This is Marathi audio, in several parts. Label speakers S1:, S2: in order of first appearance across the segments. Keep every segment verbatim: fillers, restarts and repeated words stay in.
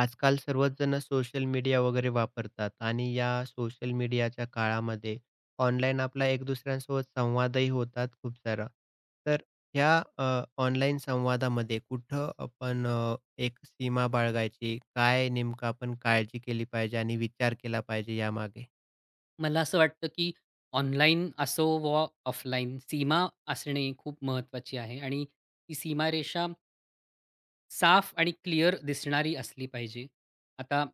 S1: आजकाल सर्वच जण सोशल मीडिया वगैरे वापरतात आणि या सोशल मीडियाच्या काळामध्ये ऑनलाईन आपला एक दुसऱ्यांसोबत संवादही होतात खूप सारा. तर ह्या ऑनलाईन संवादामध्ये कुठं आपण अ, एक सीमा बाळगायची, काय नेमकं आपण काळजी केली पाहिजे आणि विचार केला पाहिजे यामागे?
S2: मला असं वाटतं, की ऑनलाईन असो वा ऑफलाईन सीमा असणे खूप महत्त्वाची आहे आणि ती सीमारेषा साफ आणि क्लिअर दिसणारी असली पाहिजे. आता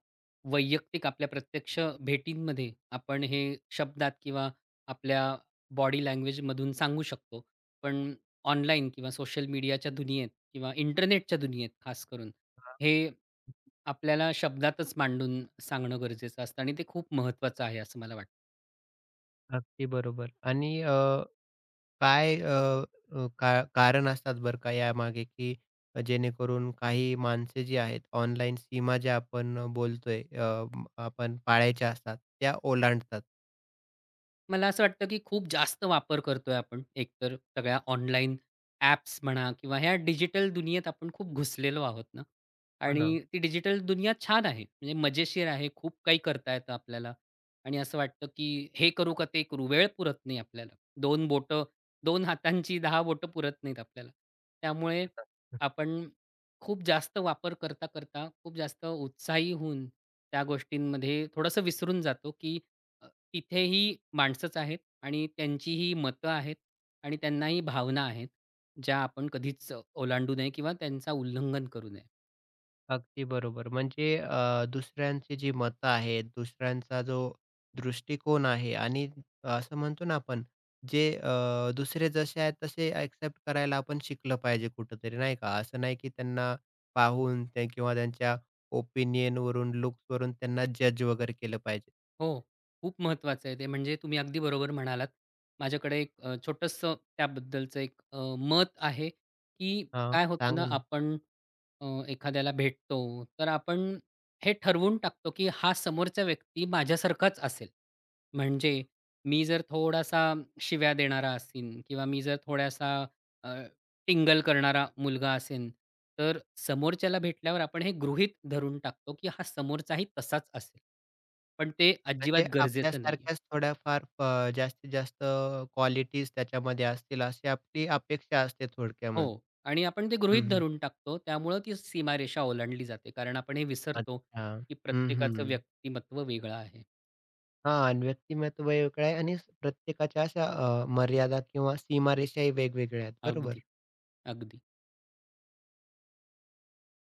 S2: वैयक्तिक आपल्या प्रत्यक्ष भेटींमध्ये आपण हे शब्दात किंवा आपल्या बॉडी लँग्वेजमधून सांगू शकतो. पण ऑनलाईन किंवा सोशल मीडियाच्या दुनियेत किंवा इंटरनेटच्या दुनियेत खास करून
S1: हां,
S2: हे आपल्याला शब्दातच मांडून सांगणं गरजेचं असतं आणि ते खूप महत्त्वाचं आहे असं मला वाटतं.
S1: अगदी बरोबर आणि काय अ, अ, का कारण असतात बरं का यामागे, की जेणेकरून काही माणसे जी आहेत, ऑनलाईन सीमा ज्या आपण बोलतोय, अ, म- आपण पाळायच्या असतात, त्या ओलांडतात.
S2: मला असं वाटतं, की खूप जास्त वापर करतोय आपण एकतर सगळ्या ऑनलाईन ॲप्स म्हणा किंवा ह्या डिजिटल दुनियेत आपण खूप घुसलेलो आहोत ना
S1: हो ना.
S2: आणि ती डिजिटल दुनिया छान आहे. म्हणजे मजेशीर आहे. खूप काही करता येतं आपल्याला आणि असं वाटतं, की हे करू का ते करू? वेळ पुरत नाही आपल्याला. दोन बोटं दोन हातांची दहा बोटं पुरत नाहीत आपल्याला. त्यामुळे आपण खूप जास्त वापर करता, करता खूप जास्त उत्साही होऊन त्या गोष्टींमध्ये थोडंसं विसरून जातो, की तिथेही माणसंच आहेत आणि त्यांचीही मतं आहेत आणि त्यांनाही भावना आहेत, ज्या आपण कधीच ओलांडू नये किंवा त्यांचा उल्लंघन करू नये.
S1: अगदी बरोबर. म्हणजे अ, दुसऱ्यांची जी मतं आहेत, दुसऱ्यांचा जो दृष्टिकोन आहे आणि असं म्हणतो ना आपण, जे अ, दुसरे जसे आहेत तसे एक्सेप्ट करायला आपण शिकलं पाहिजे कुठेतरी, नाही का? असं नाही की त्यांना पाहून ते किंवा त्यांच्या ओपिनियनवरून, लुक्सवरून त्यांना जज वगैरे केलं पाहिजे.
S2: हो, खूप महत्त्वाचं आहे ते. म्हणजे तुम्ही अगदी बरोबर म्हणालात. माझ्याकडे एक अ, छोटंसं त्याबद्दलचं एक अ, मत आहे, की
S1: हां,
S2: काय होतं ना
S1: सांगा ना.
S2: आपण अ, एखाद्याला भेटतो, तर आपण हे ठरवून टाकतो, की हा समोरचा व्यक्ती माझ्यासारखाच असेल. म्हणजे मी जर थोडासा शिव्या देणारा असीन किंवा मी जर थोडासा अ, टिंगल करणारा मुलगा असेन, तर समोरच्याला भेटल्यावर आपण हे गृहीत धरून टाकतो, की हा समोरचाही तसाच असेल. पण ते अजिबात
S1: म्हणजे
S2: गरजेचं नाहीये.
S1: आपल्यासारख्याच थोड्याफार अ, जास्तीत जास्त क्वालिटीज त्याच्यामध्ये असतील, अशी आपली अपेक्षा असते
S2: हो.
S1: थोडक्यामध्ये.
S2: आणि आपण ते गृहीत
S1: हं,
S2: धरून टाकतो. त्यामुळं ती सीमारेषा ओलांडली जाते. कारण आपण हे विसरतो,
S1: अच्छा.
S2: की
S1: हं,
S2: प्रत्येकाचं
S1: हं.
S2: व्यक्तिमत्व वेगळं आहे.
S1: हां आणि व्यक्तिमत्व वेगळं आहे आणि स- प्रत्येकाच्या अशा अ, मर्यादा किंवा सीमारेषाही वेगवेगळ्या आहेत, बरोबर.
S2: अगदी, अगदी.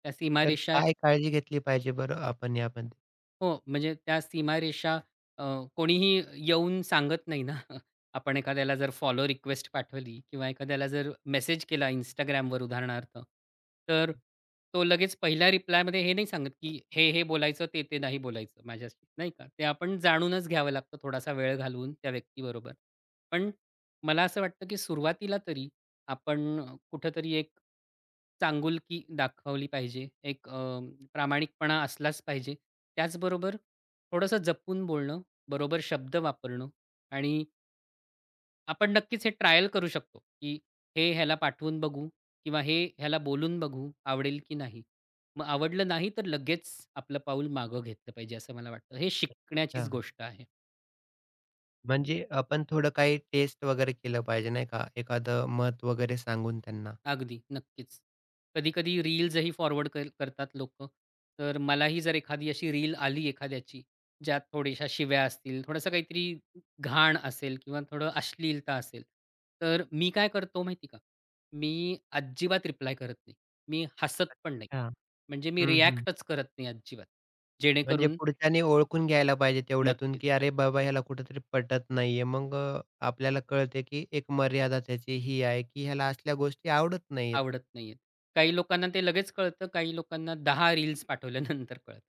S2: त्या
S1: तर
S2: सीमारेषा
S1: काय काळजी घेतली पाहिजे बरं आपण यामध्ये?
S2: हो, म्हणजे त्या सीमारेषा अ, कोणीही येऊन सांगत नाही ना. आपण एखाद्याला जर फॉलो रिक्वेस्ट पाठवली किंवा एखाद्याला जर मेसेज केला Instagramवर उदाहरणार्थ, तर तो लगेच पहिल्या रिप्लायमध्ये हे नाही सांगत, की हे, हे बोलायचं, ते, ते नाही बोलायचं माझ्याशी, नाही का. ते आपण जाणूनच घ्यावं लागतं थोडासा वेळ घालवून त्या व्यक्तीबरोबर. पण मला असं वाटतं, की सुरुवातीला तरी आपण अ, कुठेतरी एक चांगुलकी दाखवली पाहिजे. एक अ, प्रामाणिकपणा असलाच पाहिजे. त्याचबरोबर थोडंसं जपून बोलणं, बरोबर शब्द वापरणं आणि आपण नक्कीच हे ट्रायल करू शकतो, की हे ह्याला पाठवून बघू किंवा हे ह्याला बोलून बघू, आवडेल की नाही? मग आवडलं नाही तर लगेच आपलं पाऊल मागं घेतलं पाहिजे, असं मला वाटतं. हे शिकण्याचीच
S1: हां.
S2: गोष्ट आहे.
S1: म्हणजे आपण थोडं काही टेस्ट वगैरे केलं पाहिजे नाही का? एखादं मत वगैरे सांगून त्यांना.
S2: अगदी, नक्कीच. कधी-कधी रील्सही फॉरवर्ड कर करतात लोकं. तर मलाही जर एखादी अशी रील आली एखाद्याची, ज्यात थोड्याशा शिव्या असतील, थोडंसं काहीतरी घाण असेल किंवा थोडं अश्लीलता असेल, तर मी काय करतो माहिती आहे का? मी अजिबात रिप्लाय करत नाही. मी हसत पण नाही.
S1: अच्छा.
S2: म्हणजे मी
S1: हं, हं.
S2: रिएक्टच करत नाही अजिबात.
S1: म्हणजे
S2: जेणेकरून
S1: पुढच्याने ओळखून घ्यायला पाहिजे तेवढ्यातून,
S2: नक्कीच
S1: की अरे बाबा ह्याला कुठेतरी पटत नाहीये. मग अ, आपल्याला कळते, की एक मर्यादा त्याची ही आहे, की ह्याला असल्या गोष्टी आवडत नाहीयेत.
S2: आवडत नाहीये. काही लोकांना ते लगेच कळतं, काही लोकांना दहा रील्स पाठवल्यानंतर कळतं.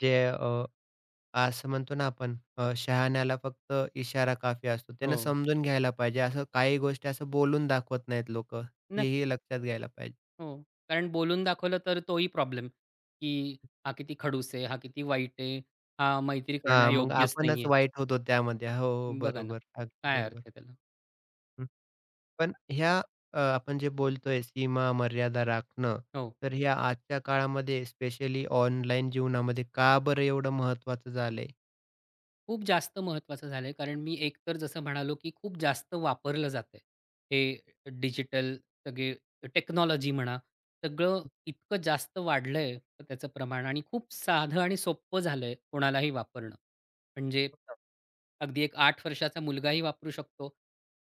S1: जे असं म्हणतो ना आपण अ, शहाण्याला फक्त इशारा काफी असतो. त्यानं
S2: हो.
S1: समजून घ्यायला पाहिजे. असं काही गोष्टी असं बोलून दाखवत नाहीत लोकं. हेही
S2: नक्की.
S1: लक्षात घ्यायला पाहिजे.
S2: हो. कारण बोलून दाखवलं तर तोही प्रॉब्लेम, की हा किती खडूस आहे, हा किती वाईट आहे, हा मैत्री
S1: हां, मग
S2: करण्यायोग्यच
S1: आपणच
S2: नाहीये.
S1: वाईट होतो त्यामध्ये. हो, हो.
S2: बघा ना,
S1: बरोबर. अगदी
S2: काय अर्थ
S1: बरोबर.
S2: आहे त्याला?
S1: हं. पण ह्या अ, आपण जे बोलतोय सीमा, मर्यादा राखणं,
S2: हो.
S1: तर ह्या आजच्या काळामध्ये स्पेशली ऑनलाईन जीवनामध्ये का बरं एवढं महत्त्वाचं झालंय?
S2: खूप जास्त महत्त्वाचं झालंय, कारण मी एकतर जसं म्हणालो, की खूप जास्त वापरलं जातंय. हे डिजिटल सगळे टेक्नॉलॉजी म्हणा, सगळं इतकं जास्त वाढलंय त्याचं प्रमाण आणि खूप साधं आणि सोपं झालंय कोणालाही वापरणं. म्हणजे
S1: हो ना.
S2: अगदी एक आठ वर्षाचा मुलगाही वापरू शकतो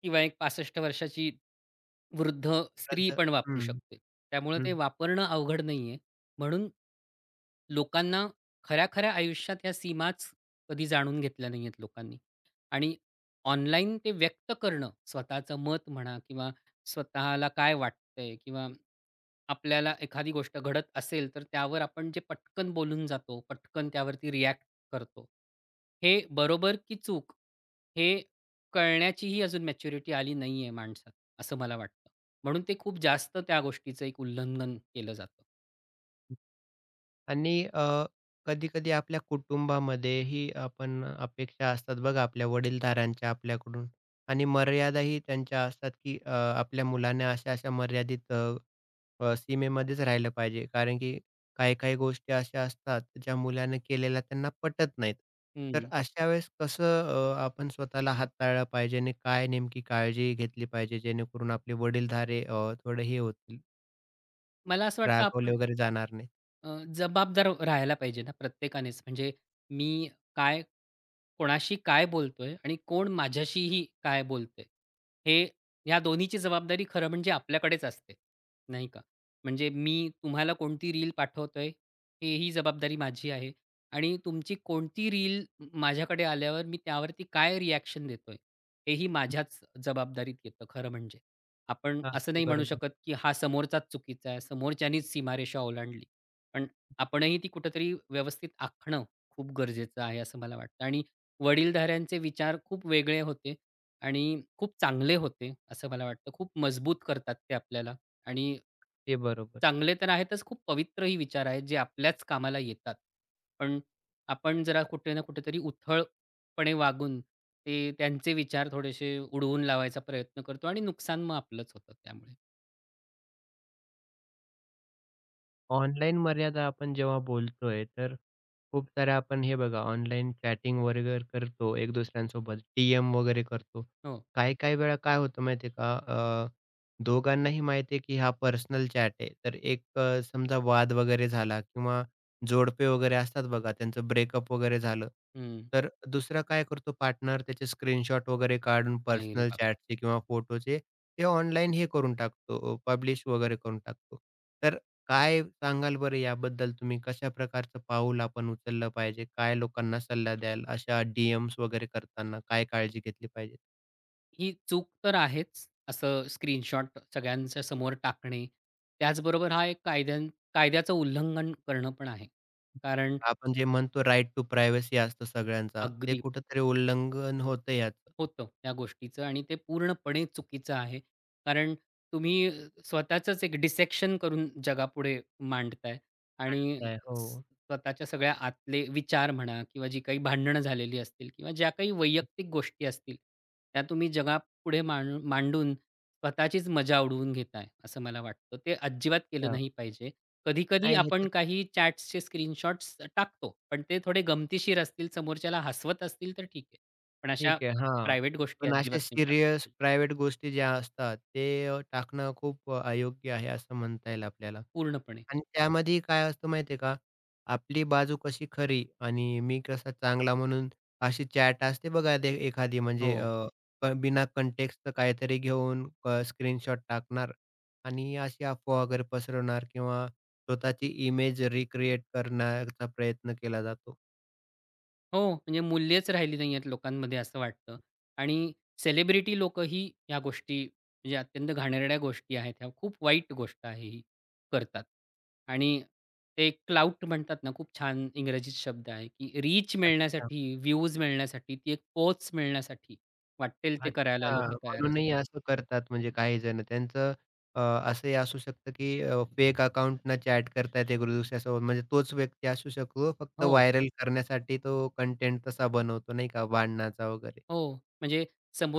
S2: किंवा एक पासष्ट वर्षाची वृद्ध स्त्री
S1: रद्द-
S2: पण वापरू
S1: हं.
S2: शकते. त्यामुळे
S1: हं.
S2: ते वापरणं अवघड नाहीये. म्हणून लोकांना खऱ्या-खऱ्या आयुष्यात ह्या सीमाच कधी जाणून घेतल्या नाहीयेत लोकांनी. आणि ऑनलाईन ते व्यक्त करणं स्वतःचं मत म्हणा किंवा स्वतःला काय वाटतंय किंवा आपल्याला एखादी गोष्ट घडत असेल तर त्यावर आपण जे पटकन बोलून जातो, पटकन त्यावरती रिॲक्ट करतो. हे बरोबर की चूक हे कळण्याचीही अजून मॅच्युरिटी आली नाहीये माणसात, असं मला वाटतं. म्हणून ते खूप जास्त त्या गोष्टीचं एक उल्लंघन केलं जातं.
S1: आणि अ, कधी-कधी आपल्या कुटुंबामध्येही आपण अपेक्षा असतात बघा आपल्या वडीलधाऱ्यांच्या आपल्याकडून आणि मर्यादाही त्यांच्या असतात, की अ, आपल्या मुलाने अशा-अशा मर्यादित अ, अ, सीमेमध्येच राहिलं पाहिजे. कारण की काही-काही गोष्टी अशा असतात, ज्या मुलाने केलेल्या त्यांना पटत नाहीत. तर
S2: हं.
S1: अशा वेळेस कसं अ, आपण स्वतःला हाताळलं पाहिजे आणि काय नेमकी काळजी घेतली पाहिजे, जेणेकरून आपले वडीलधारे अ, थोडे हे होतील,
S2: मला असं वाटतं
S1: रागवले
S2: आपण
S1: वगैरे जाणार नाहीत?
S2: अ, जबाबदार राहायला पाहिजे ना प्रत्येकानेच. म्हणजे मी काय कोणाशी काय बोलतोय आणि कोण माझ्याशीही काय बोलतोय. हे ह्या दोन्हीची जबाबदारी खरं म्हणजे आपल्याकडेच असते, नाही का? म्हणजे मी तुम्हाला कोणती रील पाठवतोय, हेही जबाबदारी माझी आहे आणि तुमची कोणती रील माझ्याकडे आल्यावर मी त्यावरती काय रिॲक्शन देतोय, हेही माझ्याच जबाबदारीत येतं खरं म्हणजे. आपण असं
S1: अगदी
S2: नाही म्हणू
S1: बरोबर.
S2: शकत, की हा समोरचाच चुकीचा आहे, समोरच्यानीच सीमारेषा ओलांडली. पण आपणही ती कुठेतरी व्यवस्थित आखणं खूप गरजेचं आहे, असं मला वाटतं आणि वडीलधाऱ्यांचे विचार खूप वेगळे होते आणि खूप चांगले होते, असं मला वाटतं. खूप मजबूत करतात ते आपल्याला आणि
S1: ते बरोबर.
S2: चांगले तर आहेतच, खूप पवित्रही विचार आहेत, जे आपल्याच कामाला येतात. पण आपण जरा कुठे ना कुठेतरी उथळपणे वागून ते त्यांचे विचार थोडेसे उडवून लावायचा प्रयत्न करतो आणि नुकसान मग आपलंच होतं त्यामुळे.
S1: ऑनलाईन मर्यादा आपण जेव्हा बोलतोय, तर खूप साऱ्या आपण हे बघा ऑनलाईन चॅटिंग वगैरे करतो एक दुसऱ्यांसोबत, टीएम वगैरे करतो.
S2: हो.
S1: काही-काही वेळा काय होतं माहिती आहे का? अ, दोघांनाही माहिती आहे की हा पर्सनल चॅट आहे. तर एक अ, समजा वाद वगैरे झाला किंवा जोडपे वगैरे असतात बघा, त्यांचं ब्रेकअप वगैरे झालं.
S2: हं.
S1: तर दुसरा काय करतो पार्टनर त्याचे स्क्रीनशॉट वगैरे काढून
S2: आई रे
S1: पर्सनल
S2: बाप!
S1: चॅटचे किंवा फोटोचे ते ऑनलाईन हे करून टाकतो, पब्लिश वगैरे करून टाकतो. काय सांगाल बरं याबद्दल तुम्ही? कशा प्रकारचं पाऊल आपण उचललं पाहिजे? काय लोकांना सल्ला द्याल अशा डी-एम्स वगैरे करताना काय काळजी घेतली पाहिजे?
S2: ही चूक तर आहेच, असं स्क्रीनशॉट सगळ्यांच्या समोर टाकणे. त्याचबरोबर हा एक कायद्यां कायद्याचं उल्लंघन करणं पण आहे. कारण
S1: आपण जे म्हणतो राइट टू प्रायव्हसी असतो सगळ्यांचा, ते
S2: अगदी
S1: कुठेतरी उल्लंघन होतं याचं.
S2: होतं त्या गोष्टीचं आणि ते पूर्णपणे चुकीचं आहे. कारण तुम्ही स्वतःचंच एक डिसेक्शन करून जगापुढे मांडताय आणि
S1: म्हणताय
S2: स
S1: हो.
S2: स्वतःच्या सगळ्या आतले विचार म्हणा किंवा जी काही भांडणं झालेली असतील किंवा ज्या काही वैयक्तिक गोष्टी असतील, त्या तुम्ही जगापुढे मांडू मांडून स्वतःचीच मजा उडवून घेताय, असं मला वाटतं. ते अजिबात केलं
S1: अच्छा.
S2: नाही पाहिजे. कधी-कधी
S1: नाही
S2: आपण
S1: ह्याच्यात
S2: काही चॅट्सचे स्क्रीनशॉट्स टाकतो, पण ते थोडे गमतीशीर असतील, समोरच्याला हसवत असतील तर ठीक आहे. पण अशा
S1: ठीक आहे. हां.
S2: प्रायव्हेट गोष्टी
S1: पण अशा
S2: अजिबात नाही टाकल्या
S1: सीरियस
S2: पाहिजेत.
S1: प्रायव्हेट गोष्टी ज्या असतात, ते अ, टाकणं खूप अ, अयोग्य आहे असं म्हणता येईल आपल्याला.
S2: पूर्णपणे.
S1: आणि त्यामध्ये काय असतं माहिती आहे का? आपली बाजू कशी खरी आणि मी कसा चांगला म्हणून अशी चॅट असते बघा ते एखादी म्हणजे
S2: हो.
S1: अ, क बिना कंटेक्स्टचं काहीतरी घेऊन अ, स्क्रीनशॉट टाकणार आणि अशी अफवा वगैरे पसरवणार किंवा स्वतःची इमेज रिक्रिएट करण्याचा प्रयत्न केला जातो.
S2: हो, म्हणजे मूल्यच राहिली नाही आहेत लोकांमध्ये असं वाटतं. आणि सेलिब्रिटी लोकंही ह्या गोष्टी म्हणजे अत्यंत घाणेरड्या गोष्टी आहेत ह्या. खूप वाईट गोष्ट आहे ही, करतात. आणि ते क्लाउट म्हणतात ना, खूप छान इंग्रजीत शब्द आहे, की रीच मिळण्यासाठी, व्ह्यूज मिळण्यासाठी, ती एक पोच मिळण्यासाठी वाट्टेल ते करायला
S1: अच्छा,
S2: लोकं तयार
S1: म्हणूनही
S2: असतात.
S1: असं करतात म्हणजे काही जण. त्यांचं अ, असंही असू शकतं, की फेक अकाउंटनं चॅट करतायत एक दुसऱ्यासोबत. म्हणजे तोच व्यक्ती असू शकतो, फक्त
S2: हो.
S1: व्हायरल करण्यासाठी तो कंटेंट तसा बनवतो नाही का, भांडणाचा वगैरे.
S2: हो. म्हणजे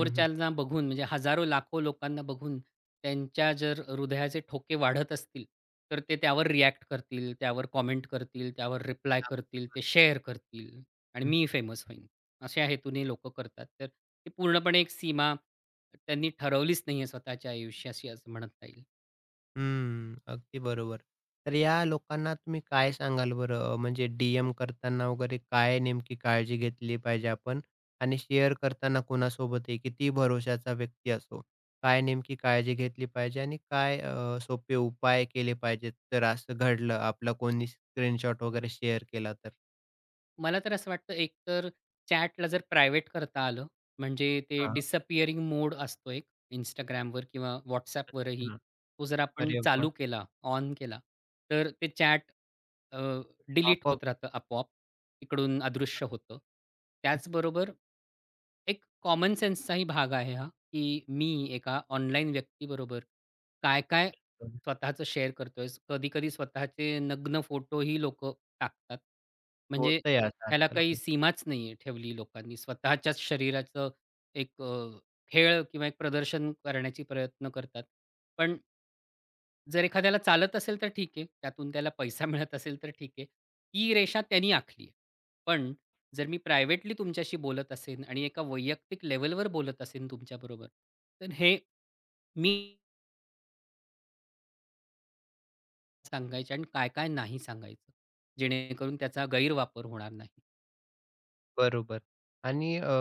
S1: हं,
S2: बघून म्हणजे हजारो, लाखो लोकांना बघून त्यांच्या जर हृदयाचे ठोके वाढत असतील, तर ते त्यावर रिॲक्ट करतील, त्यावर कॉमेंट करतील, त्यावर रिप्लाय
S1: अगदी
S2: करतील, ते
S1: बरोबर.
S2: शेअर करतील आणि मी फेमस होईन. अशा हेतूने लोकं करतात. तर ती पूर्णपणे एक सीमा त्यांनी ठरवलीच नाहीये स्वतःच्या आयुष्याशी असं म्हणता येईल.
S1: हम्म, अगदी बरोबर. तर या लोकांना तुम्ही काय सांगाल बरं? अं, म्हणजे डी-एम करताना वगैरे काय नेमकी काळजी घेतली पाहिजे आपण? आणि शेअर करताना कोणासोबतही कितीही भरोश्याचा व्यक्ती असो, काय नेमकी काळजी घेतली पाहिजे आणि काय अ, सोपे उपाय केले पाहिजेत जर असं घडलं आपला कोणी स्क्रीनशॉट वगैरे शेअर केला तर?
S2: मला तर असं वाटतं एकतर चॅटला जर प्रायव्हेट करता आलं, म्हणजे ते
S1: हां,
S2: डिसअपिअरिंग मोड असतो एक Instagramवर किंवा WhatsAppवरही.
S1: हां.
S2: तो जर आपण
S1: अरे वाह!
S2: चालू केला, ऑन केला, तर ते चॅट डिलीट
S1: पॉपअप
S2: होत राहतं आपोआप. तिकडून अदृश्य होतं. त्याचबरोबर एक कॉमन सेन्सचाही भाग आहे हा, की मी एका ऑनलाईन व्यक्तीबरोबर काय-काय स्वतःचं शेअर करतोय. कधी-कधी स्वतःचे नग्न फोटोही लोकं टाकतात. म्हणजे
S1: होतंय असं
S2: ह्याला
S1: आजकाल
S2: काही
S1: खूप.
S2: सीमाच नाहीये ठेवली लोकांनी. स्वतःच्याच शरीराचं एक अ, खेळ किंवा एक प्रदर्शन करण्याची प्रयत्न करतात. पण जर एखाद्याला चालत असेल तर ठीक आहे. त्यातून त्याला पैसा मिळत असेल तर ठीक आहे. ती रेषा त्यांनी आखली आहे. पण जर मी प्रायव्हेटली तुमच्याशी बोलत असेन आणि एका वैयक्तिक लेव्हलवर बोलत असेन तुमच्याबरोबर, तर हे मी सांगायचे आणि काय-काय नाही सांगायचं, जेणेकरून त्याचा गैरवापर होणार नाही.
S1: बरोबर. आणि अ,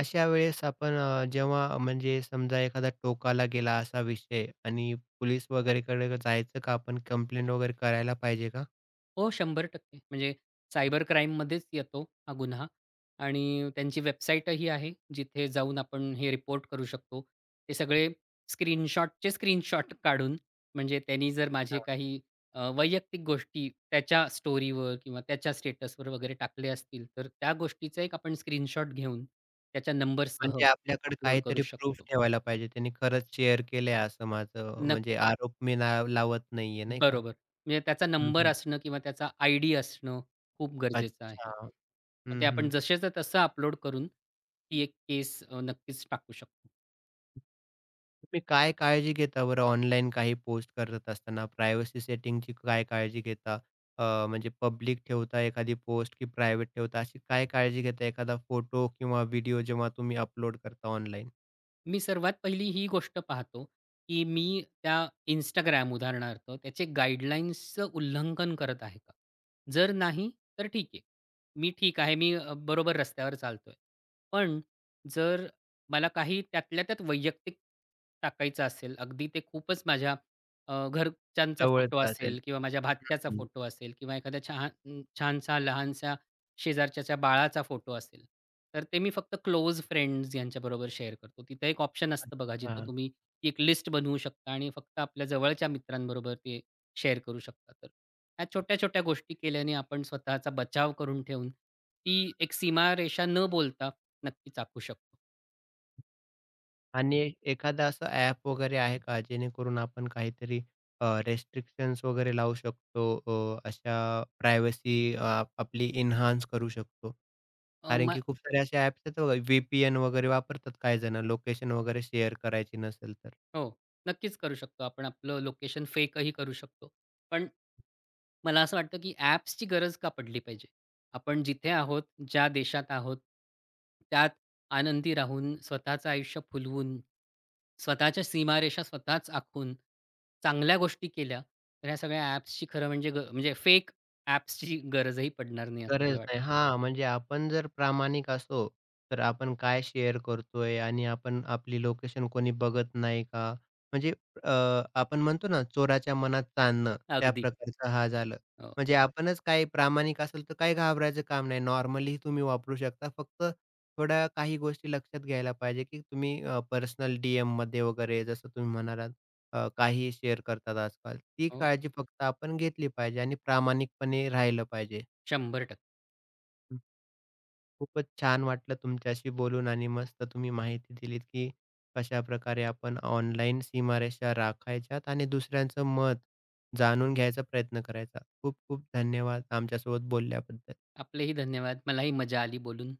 S1: अशा वेळेस आपण अ, जेव्हा म्हणजे समजा एखादा टोकाला गेला असा विषय आणि पोलीस वगैरेकडे जायचं का आपण कंप्लेंट वगैरे करायला पाहिजे का?
S2: हो, शंभर टक्के म्हणजे सायबर क्राईममध्येच येतो हा गुन्हा आणि त्यांची वेबसाईटही आहे, जिथे जाऊन आपण हे रिपोर्ट करू शकतो. ते सगळे स्क्रीनशॉटचे स्क्रीनशॉट काढून म्हणजे त्यांनी जर माझे
S1: हां.
S2: काही अ, वैयक्तिक गोष्टी त्याच्या स्टोरीवर किंवा त्याच्या स्टेटसवर वगैरे टाकले असतील, तर त्या गोष्टीचा एक आपण स्क्रीनशॉट घेऊन त्याच्या नंबरसह
S1: म्हणजे आपल्याकडे
S2: अपलोड करू
S1: काहीतरी प्रूफ
S2: शकतो.
S1: ठेवायला पाहिजे. त्यांनी खरंच शेअर केलंय असं माझं म्हणजे
S2: नक्की.
S1: आरोप मी ना लावत नाहीये, नाही का?
S2: बरोबर. म्हणजे त्याचा
S1: हं,
S2: नंबर
S1: हं.
S2: असणं किंवा त्याचा आयडी असणं खूप गरजेचं आहे.
S1: अच्छा.
S2: मग
S1: हं,
S2: ते
S1: हं.
S2: आपण जसेच्या तसं अपलोड करून ती एक केस अ, नक्कीच टाकू शकतो.
S1: तुम्ही काय काळजी घेता बरं ऑनलाईन काही पोस्ट करत असताना? प्रायव्हसी सेटिंगची काय काळजी घेता? अ, म्हणजे पब्लिक ठेवता एखादी पोस्ट की प्रायव्हेट ठेवता? अशी काय काळजी घेता एखादा फोटो किंवा व्हिडिओ जेव्हा तुम्ही अपलोड करता ऑनलाईन
S2: मी सर्वात पहिली ही गोष्ट पाहतो, की मी त्या Instagram उदाहरणार्थ त्याचे गाईडलाईन्सचं उल्लंघन करत आहे का? जर नाही, तर ठीक आहे. मी ठीक आहे, मी अ, बरोबर रस्त्यावर चालतोय. पण जर मला काही त्यातल्या त्यात वैयक्तिक टाकायचं असेल, अगदी ते खूपच माझ्या अ, घरच्यांचा फोटो
S1: जवळचा असेल?
S2: असेल किंवा माझ्या भाच्याचा
S1: हं.
S2: फोटो असेल किंवा एखाद्या छान छानसा लहानसा शेजारच्याच्या बाळाचा फोटो असेल, तर ते मी फक्त क्लोज फ्रेंड्स यांच्याबरोबर शेअर करतो. तिथं एक ऑप्शन असतं बघा, जिथं
S1: अच्छा.
S2: तुम्ही एक लिस्ट बनवू शकता आणि फक्त आपल्या जवळच्या मित्रांबरोबर ते शेअर करू शकता. तर ह्या छोट्या-छोट्या गोष्टी केल्याने आपण स्वतःचा बचाव करून ठेवून, ती एक सीमारेषा न बोलता नक्कीच आखू शकतो.
S1: आणि एखादा असं ॲप वगैरे आहे का जेणेकरून आपण काहीतरी अ, वगैरे लावू शकतो अ, अशा प्रायव्हसी आपली एन्हान्स करू शकतो? कारण की खूप सारे असे ॲप्स आहेत बघा, व्ही-पी-एन वगैरे वापरतात काही जण लोकेशन वगैरे शेअर करायची नसेल तर.
S2: हो, नक्कीच करू शकतो आपण. आपलं लोकेशन फेकही करू शकतो. पण मला असं वाटतं, की ॲप्सची गरज का पडली पाहिजे? आपण जिथे आहोत, ज्या देशात आहोत, त्यात आनंदी राहून, स्वतःचं आयुष्य फुलवून, स्वतःच्या सीमारेषा स्वतःच आखून, चांगल्या गोष्टी केल्या, तर ह्या सगळ्या ॲप्सची खरं म्हणजे ग म्हणजे फेक ॲप्सची गरजही पडणार नाही असं
S1: गरज
S2: मला
S1: नाही.
S2: वाटतं.
S1: हां, म्हणजे आपण जर प्रामाणिक असू, तर आपण काय शेअर करतोय आणि आपण आपली लोकेशन कोणी बघत नाही का? म्हणजे अ, आपण म्हणतो ना, चोराच्या मनात चांदणं, त्या
S2: अगदी.
S1: प्रकारचं हा झालं.
S2: हो,
S1: म्हणजे आपणच काही प्रामाणिक असेल, तर काही घाबरायचं काम नाही. नॉर्मली तुम्ही वापरू शकता. फक्त थोड्या काही गोष्टी लक्षात घ्यायला पाहिजे, की तुम्ही अ, पर्सनल डीएममध्ये वगैरे जसं तुम्ही म्हणालात, अ, काहीही शेअर करतात आजकाल. ती
S2: हो.
S1: काळजी फक्त आपण घेतली पाहिजे आणि प्रामाणिकपणे राहिलं पाहिजे.
S2: शंभर टक्के
S1: खूपच छान वाटलं तुमच्याशी बोलून आणि मस्त तुम्ही माहिती दिलीत, की कशाप्रकारे आपण ऑनलाईन सीमारेषा राखायच्यात आणि दुसऱ्यांचं मत जाणून घ्यायचा प्रयत्न करायचा. खूप खूप धन्यवाद आमच्यासोबत बोलल्याबद्दल.
S2: आपलेही धन्यवाद. मलाही मजा आली बोलून.